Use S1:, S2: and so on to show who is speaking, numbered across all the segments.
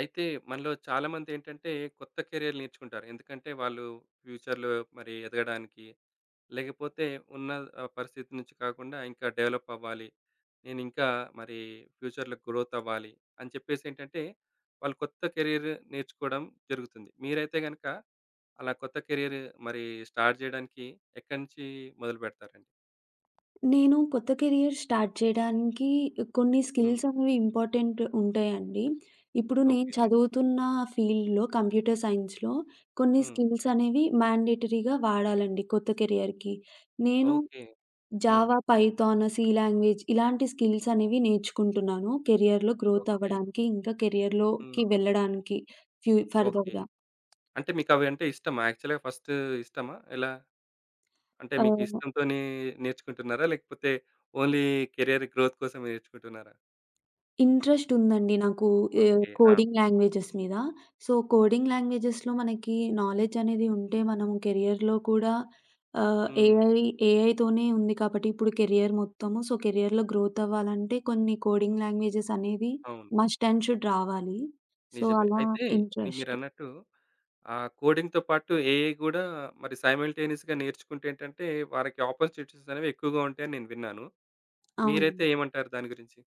S1: అయితే మనలో చాలామందేంటంటే కొత్త కెరియర్ నేర్చుకుంటారు. ఎందుకంటే వాళ్ళు ఫ్యూచర్‌లో మరి ఎదగడానికి, లేకపోతే ఉన్న పరిస్థితి నుంచి కాకుండా ఇంకా డెవలప్ అవ్వాలి. నేనింకా మరి ఫ్యూచర్‌లో గ్రోత్ అవ్వాలి అని చెప్పేసేంటంటే, వాళ్ళు కొత్త కెరియర్ నేర్చుకోవడం జరుగుతుంది. మీరైతే గనక అలా కొత్త కెరియర్ మరి స్టార్ట్ చేయడానికి ఎక్కడి నుంచి మొదలుపెడతారండి?
S2: నేను కొత్త కెరియర్ స్టార్ట్ చేయడానికి కొన్ని
S1: హ్మ్.
S2: స్కిల్స్ అనేవి ఇంపార్టెంట్ ఉంటాయండి. ఇప్పుడు నేను
S1: ఓకే.
S2: చదువుతున్న ఫీల్డ్‌లో కంప్యూటర్ సైన్స్‌లో కొన్ని
S1: హ్మ్.
S2: స్కిల్స్ అనేవి మ్యాండేటరీగా వాడాలండి కొత్త కెరియర్‌కి. నేను
S1: okay. Hmm.
S2: Java, Python, C language ఇలాంటి స్కిల్స్ అనేవి నేర్చుకుంటున్నాను. కెరియర్‌లో గ్రోత్
S1: ఓకే.
S2: అవ్వడానికి ఇంకా
S1: హ్మ్.
S2: కెరియర్‌లోకి వెళ్ళడానికి ఫ్యూ
S1: ఓకే.
S2: ఫర్దర్‌గా.
S1: అంటే మీకవంటే ఇష్టమా? యాక్చువల్‌గా ఫస్ట్ ఇష్టమా? ఎలా? అంటే మీకు
S2: ఆహ్
S1: ఇష్టంతోనే నేర్చుకుంటున్నారా? లేకపోతే ఓన్లీ కెరియర్ గ్రోత్ కోసమే నేర్చుకుంటున్నారా?
S2: ఇంట్రెస్ట్ ఉందండి నాకు
S1: ఓకే. ఆ!
S2: కోడింగ్ లాంగ్వేజెస్ మీద. సో, కోడింగ్ లాంగ్వేజెస్‌లో మనకి నాలెడ్జ్ అనేది ఉంటే మనం కెరియర్‌లో కూడా ఆహ్,
S1: హ్మ్.
S2: ఏఐ ఏఐతోనే ఉంది కాబట్టి ఇప్పుడు కెరియర్ మొత్తము. సో, కెరియర్‌లో గ్రోత్ అవ్వాలంటే కొన్ని కోడింగ్ లాంగ్వేజెస్ అనేది
S1: అవును.
S2: మస్ట్ అండ్ షుడ్ రావాలి. సో,
S1: నిజమే.
S2: అలా
S1: అయితే
S2: ఇంట్రెస్ట్.
S1: మీరన్నట్టు కోడింగ్‌తో పాటు ఏఐ గూడా మరి సైమల్టేనియస్‌గా నేర్చుకుంటే ఏంటంటే వారికి ఆపర్చునిటీస్ అనేవి ఎక్కువగా ఉంటాయని నేను విన్నాను.
S2: అవును.
S1: మీరైతే ఏమంటారు దాని గురించి?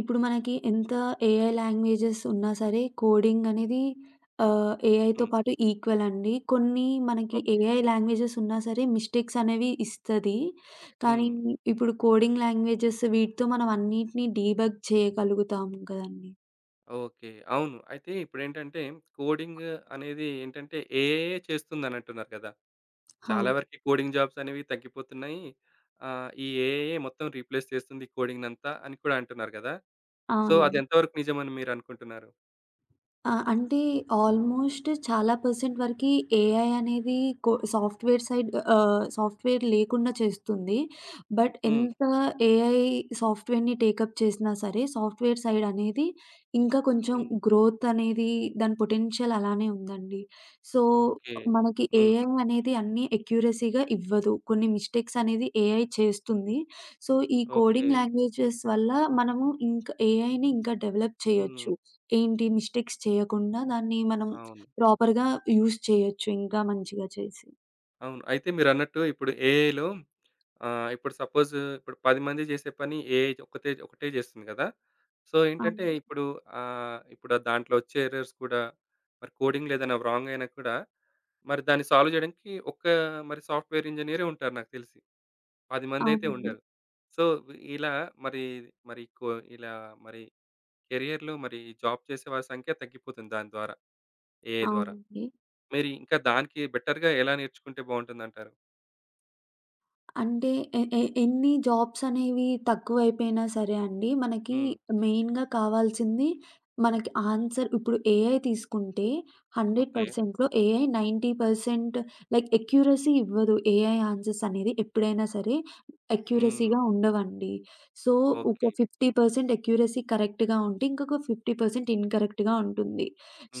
S2: ఇప్పుడు మనకి ఎంత ఏఐ లాంగ్వేజెస్ ఉన్నా సరే, కోడింగ్ అనేది ఏఐతో
S1: హ్మ్.
S2: పాటు ఈక్వల్ అండి. కొన్ని మనకి
S1: ఓకే.
S2: ఏఐ లాంగ్వేజెస్ ఉన్నా సరే, మిస్టేక్స్ అనేవి ఇస్తది. కానీ
S1: హ్మ్.
S2: ఇప్పుడు కోడింగ్ లాంగ్వేజెస్ వీటితో మనం అన్నిటిని డీబగ్ చేయగలుగుతాం కదండీ!
S1: ఓకే. అవును. అయితే ఇప్పుడేంటంటే కోడింగ్ అనేది ఏంటంటే ఏఐయే చేస్తుందనంటున్నారు కదా!
S2: ఆ!
S1: చాలా వరకు కోడింగ్ జాబ్స్ అనేవి తగ్గిపోతున్నాయి. ఈ ఏఐయే మొత్తం రీప్లేస్ చేస్తుంది కోడింగ్‌నంతా అని కూడా అంటున్నారు గదా! సో, అది
S2: అవునండి.
S1: ఎంతవరకు నిజమని మీరనుకుంటున్నారు?
S2: ఆ! అంటే ఆల్మోస్ట్ చాలా పర్సెంట్ వరకి ఏఐ అనేది సాఫ్ట్‌వేర్ సైడ్ సాఫ్ట్‌వేర్ లేకుండా చేస్తుంది. బట్
S1: హ్మ్.
S2: ఎంత ఏఐ సాఫ్ట్‌వేర్‌ని టేకప్ చేసినా సరే, సాఫ్ట్‌వేర్ సైడ్ అనేది ఇంకా కొంచెం
S1: హ్మ్.
S2: గ్రోత్ అనేది దాని పొటెన్షియల్ అలానే ఉందండి. So,
S1: okay.
S2: మనకి
S1: హ్మ్.
S2: ఏఐ అనేది అన్నీ అక్యురసీగా ఇవ్వదు. కొన్ని మిస్టేక్స్ అనేది ఏఐ చేస్తుంది. సో, ఈ
S1: ఓకే.
S2: కోడింగ్ లాంగ్వేజెస్ వల్ల మనము ఇంకా ఏఐని ఇంకా డెవలప్
S1: హ్మ్.
S2: చేయొచ్చు. ఏంటి మిస్టేక్స్ చేయకుండా దాన్ని మనం
S1: అవును.
S2: ప్రాపర్‌గా యూజ్ చేయొచ్చు ఇంకా మంచిగా చేసి.
S1: అవును. అయితే మీరన్నట్టు ఇప్పుడు ఏఐలో ఇప్పుడు సపోజ్ ఇప్పుడు 10 మంది చేసే పని ఏఐ ఒకటే చేస్తుంది గదా! సో, ఏంటంటే
S2: అవును.
S1: ఇప్పుడు ఇప్పుడు ఆ దాంట్లో వచ్చే ఎర్రర్స్ కూడా మరి కోడింగ్‌లో ఏదైనా రాంగ్ అయినా కూడా, మరి దాన్ని సాల్వ్ చేయడానికి ఒక్క మరి సాఫ్ట్‌వేర్ ఇంజినీరే ఉంటారు నాకు తెలిసి. 10 మందైతే
S2: అవునండి.
S1: ఉండరు. సో, ఇలా మరి, మరి కొ ఇలా మరి కెరియర్‌లో మరి జాబ్ చేసే వారి సంఖ్య తగ్గిపోతుంది దాని ద్వారా. ఏఐ ద్వారా.
S2: అవునండి.
S1: మరి ఇంకా దానికి బెటర్‌గా ఎలా నేర్చుకుంటే బావుంటుందంటారు?
S2: అంటే ఎ ఎ ఎన్ని జాబ్స్ అనేవి తక్కువైపోయినా సరే అండి, మనకి
S1: హ్మ్.
S2: మెయిన్‌గా కావాల్సింది మనకి ఆన్సర్ ఇప్పుడు ఏఐ తీసుకుంటే
S1: ఓకే.
S2: 100%లో ఏఐ 90% లైక్ అక్యురసీ ఇవ్వదు. ఏఐ ఆన్సర్స్ అనేది ఎప్పుడైనా సరే
S1: హ్మ్.
S2: అక్యురసీగా ఉండవండి. సో, ఒక
S1: ఓకే.
S2: 50% అక్యురసీ కరెక్ట్‌గా ఉంటే, ఇంకొక 50% ఇన్‌కరెక్ట్‌గా ఉంటుంది.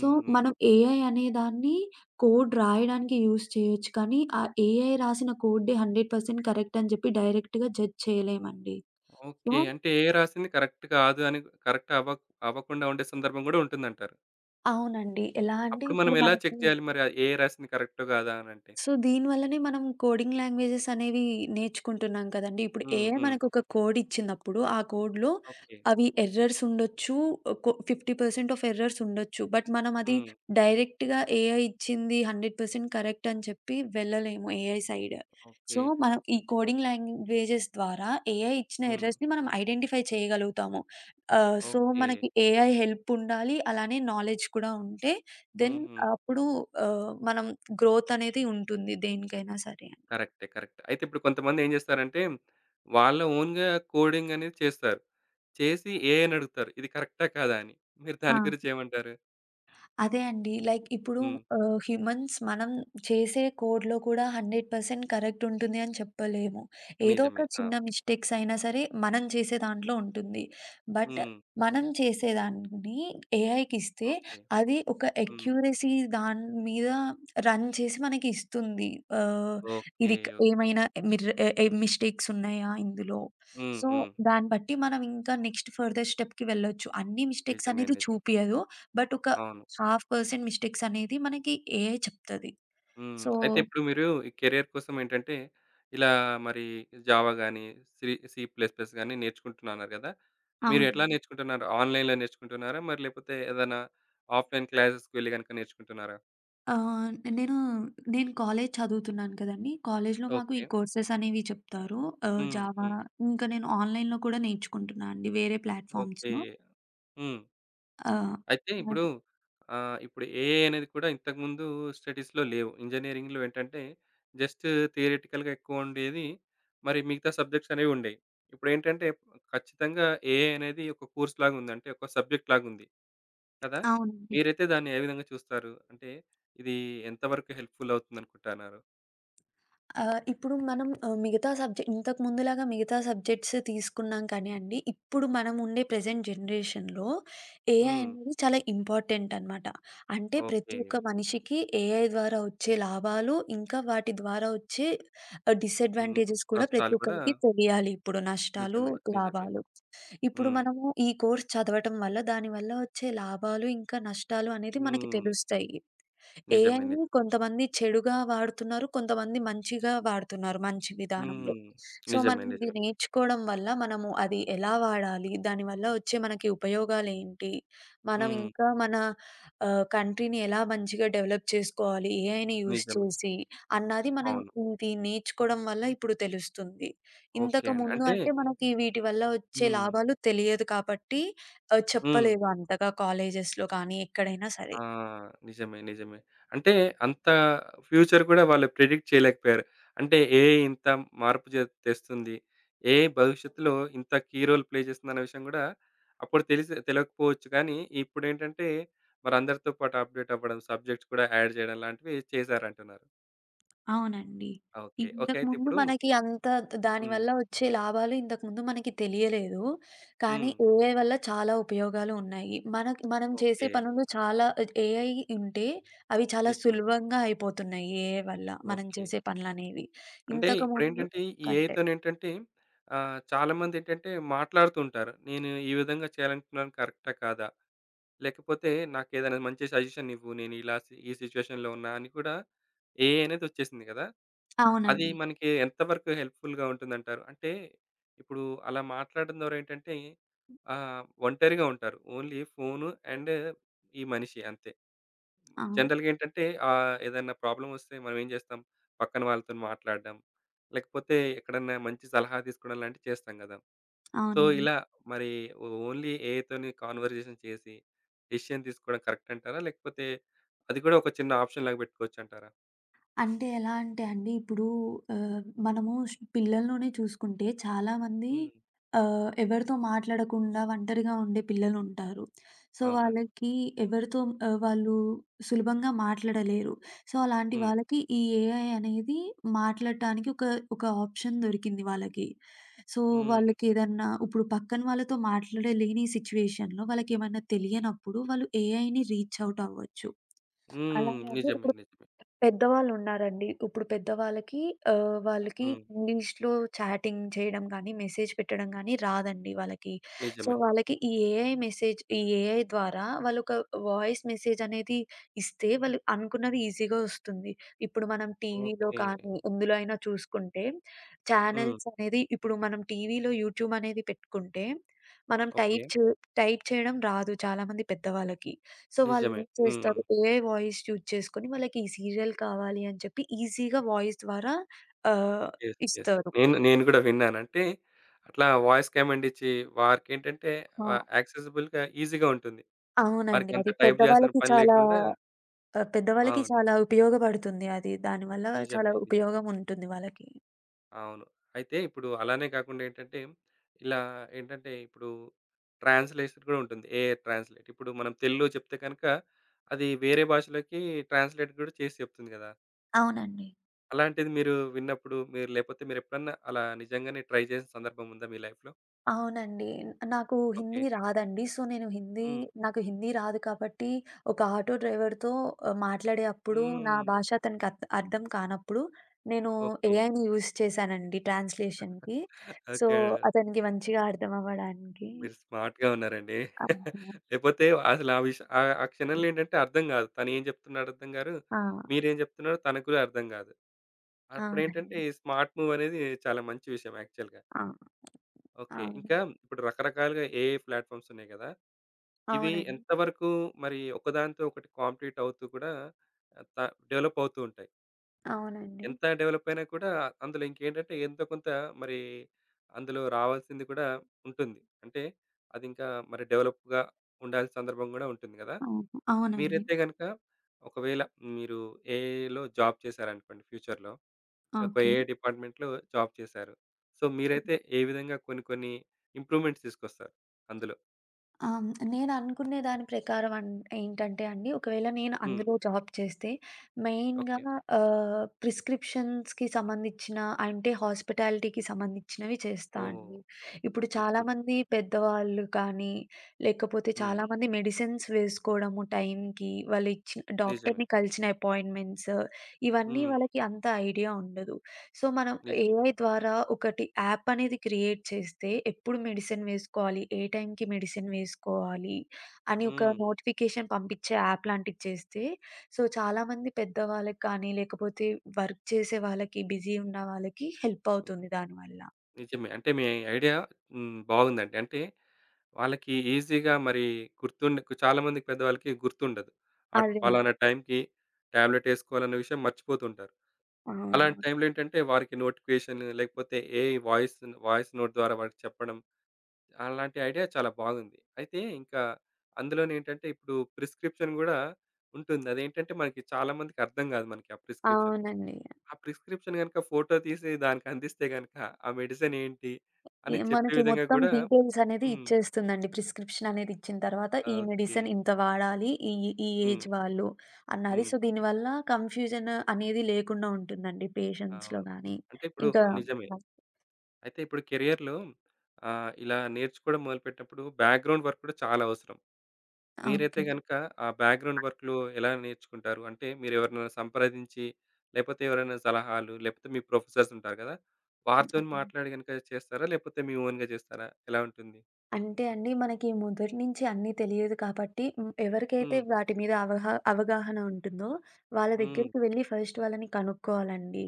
S2: సో, మనం ఏఐ అనేదాన్ని కోడ్ రాయడానికి యూజ్ చేయొచ్చు. కానీ, ఆ ఏఐ రాసిన కోడ్‌డే 100% కరెక్ట్ అని జెప్పి డైరెక్ట్‌గా జడ్జ్ చేయలేమండి. So
S1: okay. అంటే ఏ రాసింది కరెక్ట్ కాదు అని కరెక్ట్ అవ్వక్ అవ్వకుండా ఉండే సందర్భం గూడా ఉంటుందంటారు.
S2: అవునండి. ఎలా అంటే
S1: అప్పుడు మనం
S2: ఇప్పుడు
S1: ఎలా
S2: మనకి
S1: చెక్ జేయాలి మరి ఆ ఏ రాసింది కరెక్టో కాదా అనంటే?
S2: సో, దీనివల్లనే మనం కోడింగ్ లాంగ్వేజెస్ అనేవి నేర్చుకుంటున్నాం కదండీ! ఇప్పుడు
S1: హ్మ్.
S2: ఏఐ
S1: హ్మ్.
S2: మనకొక కోడ్ ఇచ్చినప్పుడు, ఆ కోడ్‌లో
S1: ఓకే.
S2: అవి ఎర్రర్స్ ఉండొచ్చు. 50% ఆఫ్ ఎర్రర్స్ ఉండొచ్చు. బట్ మనం అది
S1: హ్మ్.
S2: డైరెక్ట్‌గా ఏఐ ఇచ్చింది 100% కరెక్ట్ అని చెప్పి వెళ్ళలేము ఏఐ సైడ్.
S1: ఓకే.
S2: సో, మనం ఈ కోడింగ్ లాంగ్వేజెస్ ద్వారా ఏఐ ఇచ్చిన
S1: హ్మ్.
S2: ఎర్రర్స్‌ని మనం ఐడెంటిఫై చేయగలుగుతాము. So,
S1: okay.
S2: మనకి ఏఐ హెల్ప్ ఉండాలి. అలానే నాలెడ్జ్ కూడా ఉంటే దెన్
S1: హుహు.
S2: అప్పుడు మనం గ్రోత్ అనేది ఉంటుంది దేనికైనా సరే అని.
S1: కరెక్టే. కరెక్ట్. అయితే ఇప్పుడు కొంతమందేం జేస్తారంటే, వాళ్ళ ఓన్‌గా కోడింగ్ అనేది చేస్తారు. చేసి ఏఐని అడుగుతారు. ఇది కరెక్టా? కాదా? అని. మీరు
S2: ఆ!
S1: దాని గురించి ఏమంటారు?
S2: అదే అండి. లైక్ ఇప్పుడు
S1: హ్మ్.
S2: హ్యూమన్స్ మనం చేసే కోడ్‌లో కూడా 100% కరెక్ట్ ఉంటుంది అని చెప్పలేము. ఏదో
S1: నిజమే.
S2: ఒక
S1: ఆ!
S2: చిన్న మిస్టేక్స్ అయినా సరే మనం చేసే దాంట్లో ఉంటుంది. బట్
S1: హ్మ్.
S2: మనం చేసేదాన్ని ఏఐకిస్తే
S1: ఓకే.
S2: అది ఒక
S1: హ్మ్.
S2: అక్యురసీ దాని మీద రన్ చేసి మనకి ఇస్తుంది. ఆహ్,
S1: ఓకే.
S2: ఇది
S1: ఓకే.
S2: ఏమైనా మిర్ర్ ఎ ఎ మిస్టేక్స్ ఉన్నాయా ఇందులో?
S1: హ్మ్.
S2: సో,
S1: హ్మ్.
S2: దాన్ని బట్టి మనం ఇంకా నెక్స్ట్ ఫర్దర్ స్టెప్‌కి వెళ్ళొచ్చు. అన్ని మిస్టేక్స్
S1: నిజమే.
S2: అనేది
S1: నిజమే.
S2: చూపియదు. బట్ ఒక
S1: అవును.
S2: 5% మిస్టేక్స్ అనేది మనకి ఏఐ చెప్తది.
S1: హ్మ్.
S2: సో
S1: అయితే ఇప్పుడు మీరు ఈ కెరియర్ కోసం ఏంటంటే, ఇలా మరి జావా గాని, సి సి ప్లస్ ప్లస్ గాని నేర్చుకుంటున్నాన్నారు గదా! మీరు
S2: అవును.
S1: ఎట్లా నేర్చుకుంటున్నారు? ఆన్‌లైన్‌లో నేర్చుకుంటున్నారా? మరి లేకపోతే ఏదైనా ఆఫ్‌లైన్ క్లాసెస్‌కి వెళ్లి గనక నేర్చుకుంటున్నారా?
S2: ఆహ్, నేను, నేను కాలేజ్ చదువుతున్నాను కదండీ! కాలేజ్‌లో మాకు ఈ
S1: ఓకే.
S2: కోర్సెస్ అనేవి చెప్తారు.
S1: హ్మ్.
S2: జావా
S1: హ్మ్.
S2: ఇంకా నేను ఆన్‌లైన్‌లో కూడా నేర్చుకుంటున్నా అండి వేరే
S1: ఓకే.
S2: ప్లాట్‌ఫార్మ్స్‌లో.
S1: హ్మ్.
S2: ఆహ్,
S1: అయితే ఇప్పుడు ఇప్పుడు ఏఐ అనేది కూడా ఇంతకుముందు స్టడీస్‌లో లేవు. ఇంజినీరింగ్‌లో ఏంటంటే జస్ట్ థియరిటికల్‌గా ఎక్కువుండేది. మరి మిగతా సబ్జెక్ట్స్ అనేవి ఉండేవి. ఇప్పుడేంటంటే ఖచ్చితంగా ఏఐ అనేది ఒక కోర్స్‌లాగా ఉంది. అంటే ఒక సబ్జెక్ట్ లాగుంది. కదా!
S2: అవునండి.
S1: మీరైతే దాన్ని ఏ విధంగా చూస్తారు? అంటే ఇది ఎంత వరకు హెల్ప్‌ఫుల్ అవుతుందనుకుంటున్నారు?
S2: ఇప్పుడు మనం మిగతా సబ్జెక్ట్స్ తీసుకున్నాం కానియండి, ఇప్పుడు మనం ఉండే ప్రెజెంట్ జనరేషన్‌లో ఏఐ
S1: హ్మ్.
S2: అనేది చాలా ఇంపార్టెంట్ అనమాట. అంటే ప్రతి
S1: ఓకే.
S2: ఒక్క మనిషికి ఏఐ ద్వారా వచ్చే లాభాలు, ఇంకా వాటి ద్వారా వచ్చే
S1: హ్మ్.
S2: డిసడ్వాంటేజెస్ కూడా ప్రతి
S1: నష్టాలు కూడా
S2: ఒక్కరికి తెలియాలి ఇప్పుడు. నష్టాలు,
S1: నిజమే. నిజమే.
S2: లాభాలు. ఇప్పుడు
S1: హ్మ్.
S2: మనము ఈ కోర్స్ చదవటం వల్ల, దానివల్ల వచ్చే లాభాలు, ఇంకా నష్టాలు అనేది మనకి
S1: హ్మ్.
S2: తెలుస్తాయి.
S1: నిజమే.
S2: ఏఐని కొంతమంది చెడుగా వాడుతున్నారు. కొంతమంది మంచిగా వాడుతున్నారు మంచి విధానంలో.
S1: హ్మ్.
S2: సో, మనం
S1: నిజమే. నిజమే.
S2: ఇది నేర్చుకోవడం వల్ల మనము అది ఎలా వాడాలి? దానివల్ల వచ్చే మనకి ఉపయోగాలేంటి? మనం
S1: హ్మ్.
S2: ఇంకా మన కంట్రీని ఎలా మంచిగా డెవలప్ చేసుకోవాలి? ఏఐని యూజ్
S1: నిజమే.
S2: చేసి అన్నది మనం
S1: అవును.
S2: ఇది నేర్చుకోవడం వల్ల ఇప్పుడు తెలుస్తుంది.
S1: ఓకే అండి.
S2: ఇంతకుముందు
S1: అంటే
S2: అంటే మనకి వీటి వల్ల వచ్చే
S1: హ్మ్.
S2: లాభాలు తెలియదు కాబట్టి
S1: హ్మ్.
S2: చెప్పలేదు అంతగా కాలేజెస్‌లో కానీ ఎక్కడైనా సరే.
S1: ఆ! నిజమే. నిజమే. అంటే అంత ఫ్యూచర్ కూడా వాళ్ళు ప్రిడిక్ట్ చేయలేకపోయారు. అంటే ఏఐ ఇంత మార్పు జే తెస్తుంది. ఏఐ భవిష్యత్తులో ఇంత కీ రోల్ ప్లే చేస్తుందన్న విషయం కూడా అప్పుడు తెలిసి తెలవకపోవచ్చు కానీ, ఇప్పుడేంటంటే మరి అందరితో పాటు అప్‌డేట్ అవ్వడం, సబ్జెక్ట్స్ కూడా యాడ్ చేయడం లాంటివి చేశారంటున్నారు.
S2: అవునండి.
S1: ఓకే. ఓకే. అయితే
S2: ఇంతకుముందు
S1: ఇప్పుడు
S2: మనకి అంత దాని
S1: హ్మ్.
S2: వల్ల వచ్చే లాభాలు ఇంతకుముందు మనకి తెలియలేదు. కానీ
S1: హ్మ్.
S2: ఏఐ వల్ల చాలా ఉపయోగాలు ఉన్నాయి. మనకి మనం చేసే
S1: ఓకే.
S2: పనులు చాలా ఏఐ ఉంటే అవి చాలా
S1: నిజమే.
S2: సులభంగా అయిపోతున్నాయి ఏఐ వల్ల మనం
S1: ఓకే.
S2: చేసే పనులనేవి.
S1: అంటే
S2: ఇంతకుముందు
S1: ఇప్పుడేంటంటే, ఈ
S2: కంటే.
S1: ఏఐతోనేంటంటే చాలామందేంటంటే మాట్లాడుతుంటారు. నేను ఈ విధంగా చేయాలనుకున్నాను కరెక్టా? కాదా? లేకపోతే నాకేదైనా మంచి సజెషన్ ఇవ్వు. నేను ఇలా సి ఈ సిట్యుయేషన్‌లో ఉన్నా అని కూడా ఏఐ అనేది వచ్చేసింది కదా! అది
S2: అవునండి.
S1: మనకి ఎంతవరకు హెల్ప్‌ఫుల్‌గా ఉంటుందంటారు? అంటే ఇప్పుడు అలా మాట్లాడడం ద్వారా ఏంటంటే ఒంటరిగా ఉంటారు. ఓన్లీ ఫోను అండ్ ఈ మనిషి అంతే.
S2: అవును.
S1: జనరల్‌గా ఏంటంటే ఏదైనా ప్రాబ్లమ్ వస్తే మనం ఏం చేస్తాం? పక్కన వాళ్ళతోని మాట్లాడడం, లేకపోతే ఎక్కడన్నా మంచి సలహా తీసుకోవడం లాంటివి చేస్తాం కదా! సో,
S2: అవునండి.
S1: ఇలా మరి ఓన్లీ ఏఐతోని కాన్వర్జేషన్ చేసి డెసిషన్ తీసుకోవడం కరెక్ట్ అంటారా? లేకపోతే అది కూడా ఒక చిన్న ఆప్షన్ లాగా పెట్టుకోవచ్చంటారా?
S2: అంటే ఎలా అంటే అండి, ఇప్పుడు మనము పిల్లల్లోనే చూసుకుంటే చాలామంది
S1: హ్మ్.
S2: ఎవరితో మాట్లాడకుండా ఒంటరిగా ఉండే పిల్లలుంటారు. సో,
S1: అవునండి.
S2: వాళ్ళకి ఎవరితో వాళ్ళు సులభంగా మాట్లాడలేరు. సో, అలాంటి
S1: హ్మ్.
S2: వాళ్ళకి ఈ ఏఐ అనేది మాట్లాడటానికి ఒక ఆప్షన్ దొరికింది వాళ్ళకి. సో,
S1: హ్మ్.
S2: వాళ్ళకి ఏదన్నా ఇప్పుడు పక్కన వాళ్ళతో మాట్లాడలేని సిట్యుయేషన్‌లో వాళ్ళకేమన్నా తెలియనప్పుడు వాళ్ళు ఏఐని రీచ్ ఔట్ అవ్వచ్చు.
S1: హ్మ్.
S2: అలాగే అండి.
S1: నిజమే.
S2: ఇప్పుడు
S1: నిజమే.
S2: పెద్దవాళ్ళున్నారండి. ఇప్పుడు పెద్దవాళ్ళకి వాళ్ళకి
S1: హ్మ్.
S2: ఇంగ్లీష్‌లో చాటింగ్ చేయడం గానీ, మెసేజ్ పెట్టడం గానీ రాదండి వాళ్ళకి. సో,
S1: నిజమే.
S2: వాళ్ళకి ఈ ఏఐ ద్వారా వాళ్ళొక వాయిస్ మెసేజ్ అనేది ఇస్తే వాళ్ళు అనుకున్నది ఈజీగా వస్తుంది. ఇప్పుడు మనం టీవీలో
S1: ఓకే.
S2: కానీ, ఎందులో అయినా చూసుకుంటే
S1: హ్మ్.
S2: ఛానెల్స్ అనేది ఇప్పుడు మనం టీవీలో యూట్యూబ్ అనేది పెట్టుకుంటే, మనం
S1: ఓకే.
S2: టైప్ చే టైప్ చేయడం రాదు చాలామంది పెద్దవాళ్ళకి. సో,
S1: నిజమే.
S2: వాళ్ళేం
S1: హ్మ్.
S2: చేస్తారు, ఏఐ వాయిస్ యూజ్ చేసుకొని వాళ్ళకి ఈ సీరియల్ కావాలి అని చెప్పి ఈజీగా వాయిస్ ద్వారా ఆహ్,
S1: యెస్. యెస్.
S2: ఇస్తారు.
S1: నేను నేను గూడా విన్నాను. అంటే అట్లా వాయిస్ కమాండ్ ఇచ్చి వారికేంటంటే
S2: ఆ!
S1: యాక్సెసిబుల్‌గా ఈజీగా ఉంటుంది.
S2: అవునండి.
S1: వారికంత
S2: అది
S1: టైప్ చేయాల్సిన
S2: పెద్దవాళ్ళకి
S1: పని
S2: చాలా
S1: లేకుండా అవును.
S2: ఉపయోగపడుతుంది అది. దానివల్ల చాలా
S1: నిజమే. నిజమే.
S2: ఉపయోగం ఉంటుంది వాళ్ళకి.
S1: అవును. అయితే ఇప్పుడు అలానే కాకుండా ఏంటంటే ఇలా ఏంటంటే ఇప్పుడు ట్రాన్స్‌లేషన్ కూడా ఉంటుంది. AI translate. ఇప్పుడు మనం తెలుగులో చెప్తే కనుక అది వేరే భాషలోకి ట్రాన్స్‌లేట్ కూడా చేసి చెప్తుంది గదా!
S2: అవునండి.
S1: అలాంటిది మీరు విన్నప్పుడు మీరు లేపోతే మీరెప్పుడన్నా అలా నిజంగానే ట్రై చేసిన సందర్భం ఉందా మీ లైఫ్‌లో?
S2: అవునండి. నాకు
S1: ఓకే.
S2: హిందీ రాదండి. సో, నేను హిందీ
S1: హ్మ్.
S2: నాకు హిందీ రాదు కాబట్టి, ఒక ఆటో డ్రైవర్‌తో మాట్లాడే అప్పుడు నా
S1: హ్మ్.
S2: భాష అతనికి అర్థం కానప్పుడు, నేను
S1: ఓకే.
S2: ఏఐని యూజ్ చేశానండి ట్రాన్స్‌లేషన్‌కి. So,
S1: okay.
S2: అతనికి మంచిగా అర్థం అవ్వడానికి.
S1: మీరు స్మార్ట్‌గా ఉన్నారండి.
S2: ఆహా!
S1: లేపోతే అసలు ఆ విష ఆ ఆ క్షణంలో ఏంటంటే అర్థం గాదు. తనేం జెప్తున్నాడో అర్థం గాదు.
S2: ఆ!
S1: మీరేం జెప్తున్నారో తనకు గూడా అర్థం గాదు. అప్పుడేంటంటే
S2: అవునండి.
S1: ఈ స్మార్ట్ మూవ్ అనేది చాలా మంచి విషయం యాక్చువల్‌గా.
S2: ఆ!
S1: ఓకే.
S2: అవును.
S1: ఇంకా ఇప్పుడు రకరకాలుగా ఏఐ ప్లాట్‌ఫామ్స్ ఉన్నాయి గదా! ఇవి
S2: అవునండి.
S1: ఎంతవరకు మరి ఒకదానితో ఒకటి కాంప్లీట్ అవుతూ కూడా త డెవలప్ అవుతూ ఉంటాయి.
S2: అవునండి.
S1: ఎంత డెవలప్ అయినా కూడా అందులో ఇంకేంటంటే ఎంతో కొంత మరి అందులో రావాల్సింది కూడా ఉంటుంది. అంటే అది ఇంకా మరి డెవలప్‌గా ఉండాల్సిన సందర్భం గూడా ఉంటుంది గదా!
S2: అవును. అవునండి.
S1: మీరైతే గనక ఒకవేళ మీరు ఏఐలో జాబ్ చేశారనుకోండి ఫ్యూచర్‌లో. ఒక
S2: ఓకే.
S1: ఏఐ డిపార్ట్‌మెంట్‌లో జాబ్ చేశారు. సో, మీరైతే ఏ విధంగా కొన్ని కొన్ని ఇంప్రూవ్‌మెంట్స్ తీసుకొస్తారు అందులో?
S2: ఆ! నేను అనుకునే దాని ప్రకారం ఏంటంటే అండి, ఒకవేళ నేను
S1: హ్మ్.
S2: అందులో జాబ్ చేస్తే మెయిన్‌గా
S1: ఓకే.
S2: ప్రిస్క్రిప్షన్స్‌కి సంబంధించిన అంటే హాస్పిటాలిటీకి సంబంధించినవి చేస్తా
S1: ఓహ్!
S2: అండి. ఇప్పుడు
S1: ఓకే. గుడ్.
S2: చాలామంది పెద్దవాళ్ళు కానీ, లేకపోతే
S1: హ్మ్.
S2: చాలామంది మెడిసిన్స్ వేసుకోవడము టైంకి, వాళ్ళు ఇచ్చిన
S1: నిజమే.
S2: డాక్టర్‌ని కలిసిన అపాయింట్మెంట్స్ ఇవన్నీ
S1: హ్మ్.
S2: వాళ్ళకి అంత ఐడియా ఉండదు. సో, మనం
S1: నిజమే.
S2: ఏఐ ద్వారా ఒకటి యాప్ అనేది క్రియేట్ చేస్తే, ఎప్పుడు మెడిసిన్ వేసుకోవాలి, ఏ టైంకి మెడిసిన్ వేసుకోవాలి, అని ఒక
S1: హ్మ్.
S2: నోటిఫికేషన్ పంపించే యాప్ లాంటిది చేస్తే, సో, చాలామంది పెద్దవాళ్ళకి కానీ, లేకపోతే వర్క్ చేసే వాళ్ళకి, బిజీ ఉన్న వాళ్ళకి హెల్ప్ అవుతుంది దానివల్ల.
S1: నిజమే. అంటే మీ ఐడియా హ్మ్. బాగుందండి. అంటే వాళ్ళకి ఈజీగా మరి గుర్తుండే చాలామందికి పెద్దవాళ్ళకి గుర్తుండదు. అట్
S2: అదే అండి.
S1: పలానా టైంకి టాబ్లెట్ ఏసుకోవాలన్న విషయం మర్చిపోతుంటారు.
S2: అవునవును.
S1: అలాంటి టైంలో ఏంటంటే వారికి నోటిఫికేషన్ లేకపోతే ఏఐ వాయిస్ వాయిస్ నోట్ ద్వారా వారికి చెప్పడం. అలాంటి ఐడియా చాలా బాగుంది. అయితే ఇంకా అందులోనేంటంటే ఇప్పుడు ప్రిస్క్రిప్షన్ గూడా ఉంటుంది. అదేంటంటే మనకి చాలా మందికి అర్థం గాదు మనకి ఆ ప్రిస్క్రిప్షన్.
S2: అవునండి.
S1: ఆ ప్రిస్క్రిప్షన్ గనుక ఫోటో తీసి దానికందిస్తే గనుక, ఆ మెడిసిన్ ఏంటి
S2: ఈ
S1: అని చెప్పే
S2: మనకి
S1: విధంగా
S2: మొత్తం
S1: గూడా
S2: డీటెయిల్స్ అనేది
S1: హ్మ్.
S2: ఇచ్చేస్తుందండి. ప్రిస్క్రిప్షన్ అనేది ఇచ్చిన తర్వాత, ఈ
S1: ఓకే.
S2: మెడిసిన్ ఇంత వాడాలి. ఈ ఈ
S1: హ్మ్.
S2: ఏజ్ వాళ్ళు అన్నది.
S1: హ్మ్.
S2: సో, దీనివల్ల కన్‌ఫ్యూజన్ అనేది లేకుండా ఉంటుందండి పేషెంట్స్‌లో
S1: అవును.
S2: గాని.
S1: అంటే ఇప్పుడు
S2: ఇంకా
S1: నిజమే. అయితే ఇప్పుడు కెరియర్‌లో ఇలా నేర్చుకోవడం మొదలుపెట్టినప్పుడు బ్యాక్‌గ్రౌండ్ వర్క్ కూడా చాలా అవసరం. మీరైతే
S2: ఓకే.
S1: గనుక ఆ బ్యాక్‌గ్రౌండ్ వర్క్‌లో ఎలా నేర్చుకుంటారు? అంటే మీరెవరినైనా సంప్రదించి, లేపోతే ఎవరైనా సలహాలు, లేపోతే మీ ప్రొఫెసర్స్ ఉంటారు గదా! వారితోని
S2: హ్మ్.
S1: మాట్లాడి గనుక చేస్తారా? లేపోతే మీ ఓన్‌గా చేస్తారా? ఎలా ఉంటుంది?
S2: అంటే అండి, మనకి మొదటి నుంచి అన్నీ తెలియదు కాబట్టి, హ్మ్. ఎవరికైతే
S1: హ్మ్.
S2: వాటి మీద అవగాహన ఉంటుందో, వాళ్ళ
S1: హ్మ్.
S2: దగ్గరికి వెళ్లి ఫస్ట్ వాళ్ళని కనుక్కోవాలండి.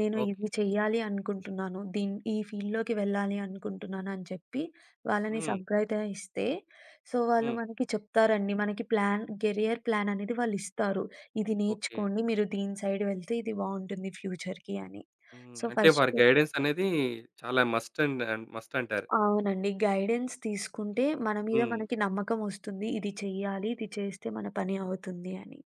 S2: నేను
S1: ఓకే.
S2: ఇది చెయ్యాలి అనుకుంటున్నాను. ఈ ఫీల్డ్‌లోకి వెళ్ళాలి అనుకుంటున్నాను అని చెప్పి, వాళ్ళని
S1: హ్మ్.
S2: సంప్రదిస్తే, సో, వాళ్ళు
S1: హ్మ్.
S2: మనకి చెప్తారండి. మనకి కెరియర్ ప్లాన్ అనేది వాళ్ళిస్తారు. ఇది
S1: ఓకే.
S2: నేర్చుకోండి. మీరు దీని సైడ్ వెళ్తే ఇది బావుంటుంది ఫ్యూచర్‌కి అని.
S1: హ్మ్.
S2: సో,
S1: అంటే వారి
S2: ఫస్ట్
S1: గైడెన్స్ అనేది చాలా మస్ట్ అండ్ అండ్ మస్ట్ అంటారు.
S2: అవునండి. గైడెన్స్ తీసుకుంటే మన మీద
S1: హ్మ్.
S2: మనకి నమ్మకమొస్తుంది. ఇది చెయ్యాలి, ఇది చేస్తే మన పని అవుతుంది అని.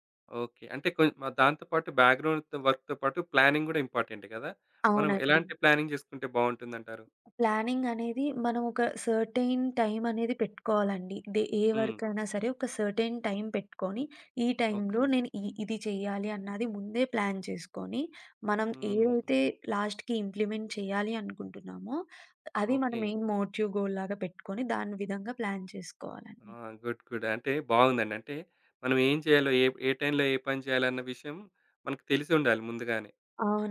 S1: ఓకే. అంటే మరి దాంతో పాటు బ్యాక్‌గ్రౌండ్ వర్క్‌తో పాటు ప్లానింగ్ గూడా ఇంపార్టెంట్ గదా! మనం
S2: అవునండి.
S1: ఎలాంటి ప్లానింగ్ చేసుకుంటే బావుంటుందంటారు?
S2: ప్లానింగ్ అనేది మనం ఒక సర్టెయిన్ టైమ్ అనేది పెట్టుకోవాలండి. డే ఏ
S1: హ్మ్.
S2: వర్కైనా సరే ఒక సర్టెయిన్ టైమ్ పెట్టుకొని, ఈ
S1: ఓకే.
S2: టైంలో నేను ఇది చెయ్యాలి అన్నది ముందే ప్లాన్ చేసుకొని, మనం
S1: హ్మ్.
S2: ఏదైతే లాస్ట్‌కి ఇంప్లిమెంట్ చేయాలి అనుకుంటున్నామో, అది మన
S1: ఓకే.
S2: మెయిన్ మోటివ్ గోల్ లాగా పెట్టుకొని, దాని విధంగా ప్లాన్
S1: ఆ!
S2: చేసుకోవాలండి.
S1: గుడ్. గుడ్. అంటే బావుందండి. అంటే మనం ఏం చేయాలో ఏ ఏ టైంలో ఏ పని చేయాలన్న విషయం మనకు తెలిసుండాలి ముందుగానే.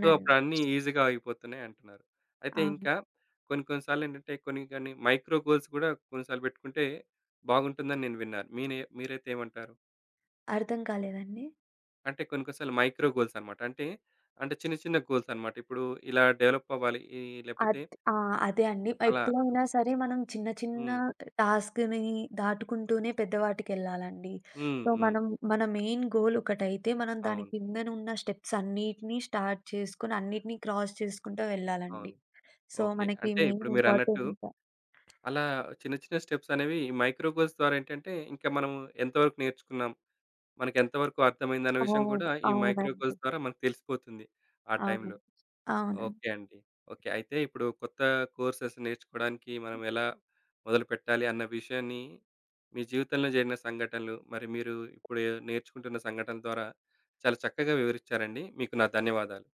S1: సో, అప్పుడు అన్నీ ఈజీగా అయిపోతున్నాయి అంటున్నారు. అయితే
S2: అవును.
S1: ఇంకా కొన్ని కొన్ని సార్లేంటంటే కొన్ని కొన్ని మైక్రో గోల్స్ గూడా కొన్ని సార్లు పెట్టుకుంటే బాగుంటుందని నేను విన్నాను. మీరైతే ఏమంటారు?
S2: అర్థం కాలేదండి?
S1: అంటే కొన్ని కొన్ని సార్లు మైక్రో గోల్స్ అన్నమాట. అంటే, అంటే చిన్న చిన్న గోల్స్ అన్నమాట. ఇప్పుడు ఇలా డెవలప్ అవ్వాలి. ఈ లేపోతే
S2: అద్ ఆ! అదే అండి.
S1: అలా
S2: ఎప్పుడైనా
S1: అనుకుంటా.
S2: సరే మనం చిన్న చిన్న
S1: హ్మ్.
S2: టాస్క్‌ని దాటుకుంటూనే పెద్దవాటికెళ్ళాలండి.
S1: హ్మ్.
S2: సో,
S1: హ్మ్.
S2: మనం మన మెయిన్ గోల్ ఒకటైతే మనం దాని
S1: అవును.
S2: కిందనున్న స్టెప్స్ అన్నిటిని స్టార్ట్ చేసుకొని అన్నిటిని క్రాస్ చేసుకుంటూ వెళ్ళాలండి.
S1: అవును.
S2: So,
S1: okay.
S2: మనకి
S1: అంటే
S2: మెయిన్
S1: ఇప్పుడు మీరన్నట్టు
S2: ఇంపార్టెంట్
S1: అలా చిన్న చిన్న స్టెప్స్ అనేవి ఈ మైక్రో గోల్స్ ద్వారా ఏంటంటే ఇంకా మనం ఎంతవరకు నేర్చుకున్నాం? మనకెంత వరకు అర్థమైందన్న విషయం
S2: అవును.
S1: కూడా ఈ మైక్రో
S2: అవునండి.
S1: కోర్స్ ద్వారా మనకు తెలిసిపోతుంది ఆ
S2: అవును.
S1: టైంలో.
S2: అవునండి.
S1: ఓకే అండి. ఓకే. అయితే ఇప్పుడు కొత్త కోర్సెస్ నేర్చుకోవడానికి మనం ఎలా మొదలుపెట్టాలి అన్న విషయాన్ని మీ జీవితంలో జరిగిన సంఘటనలు, మరి మీరు ఇప్పుడు నేర్చుకుంటున్న సంఘటనల ద్వారా చాలా చక్కగా వివరించారండి. మీకు నా ధన్యవాదాలు.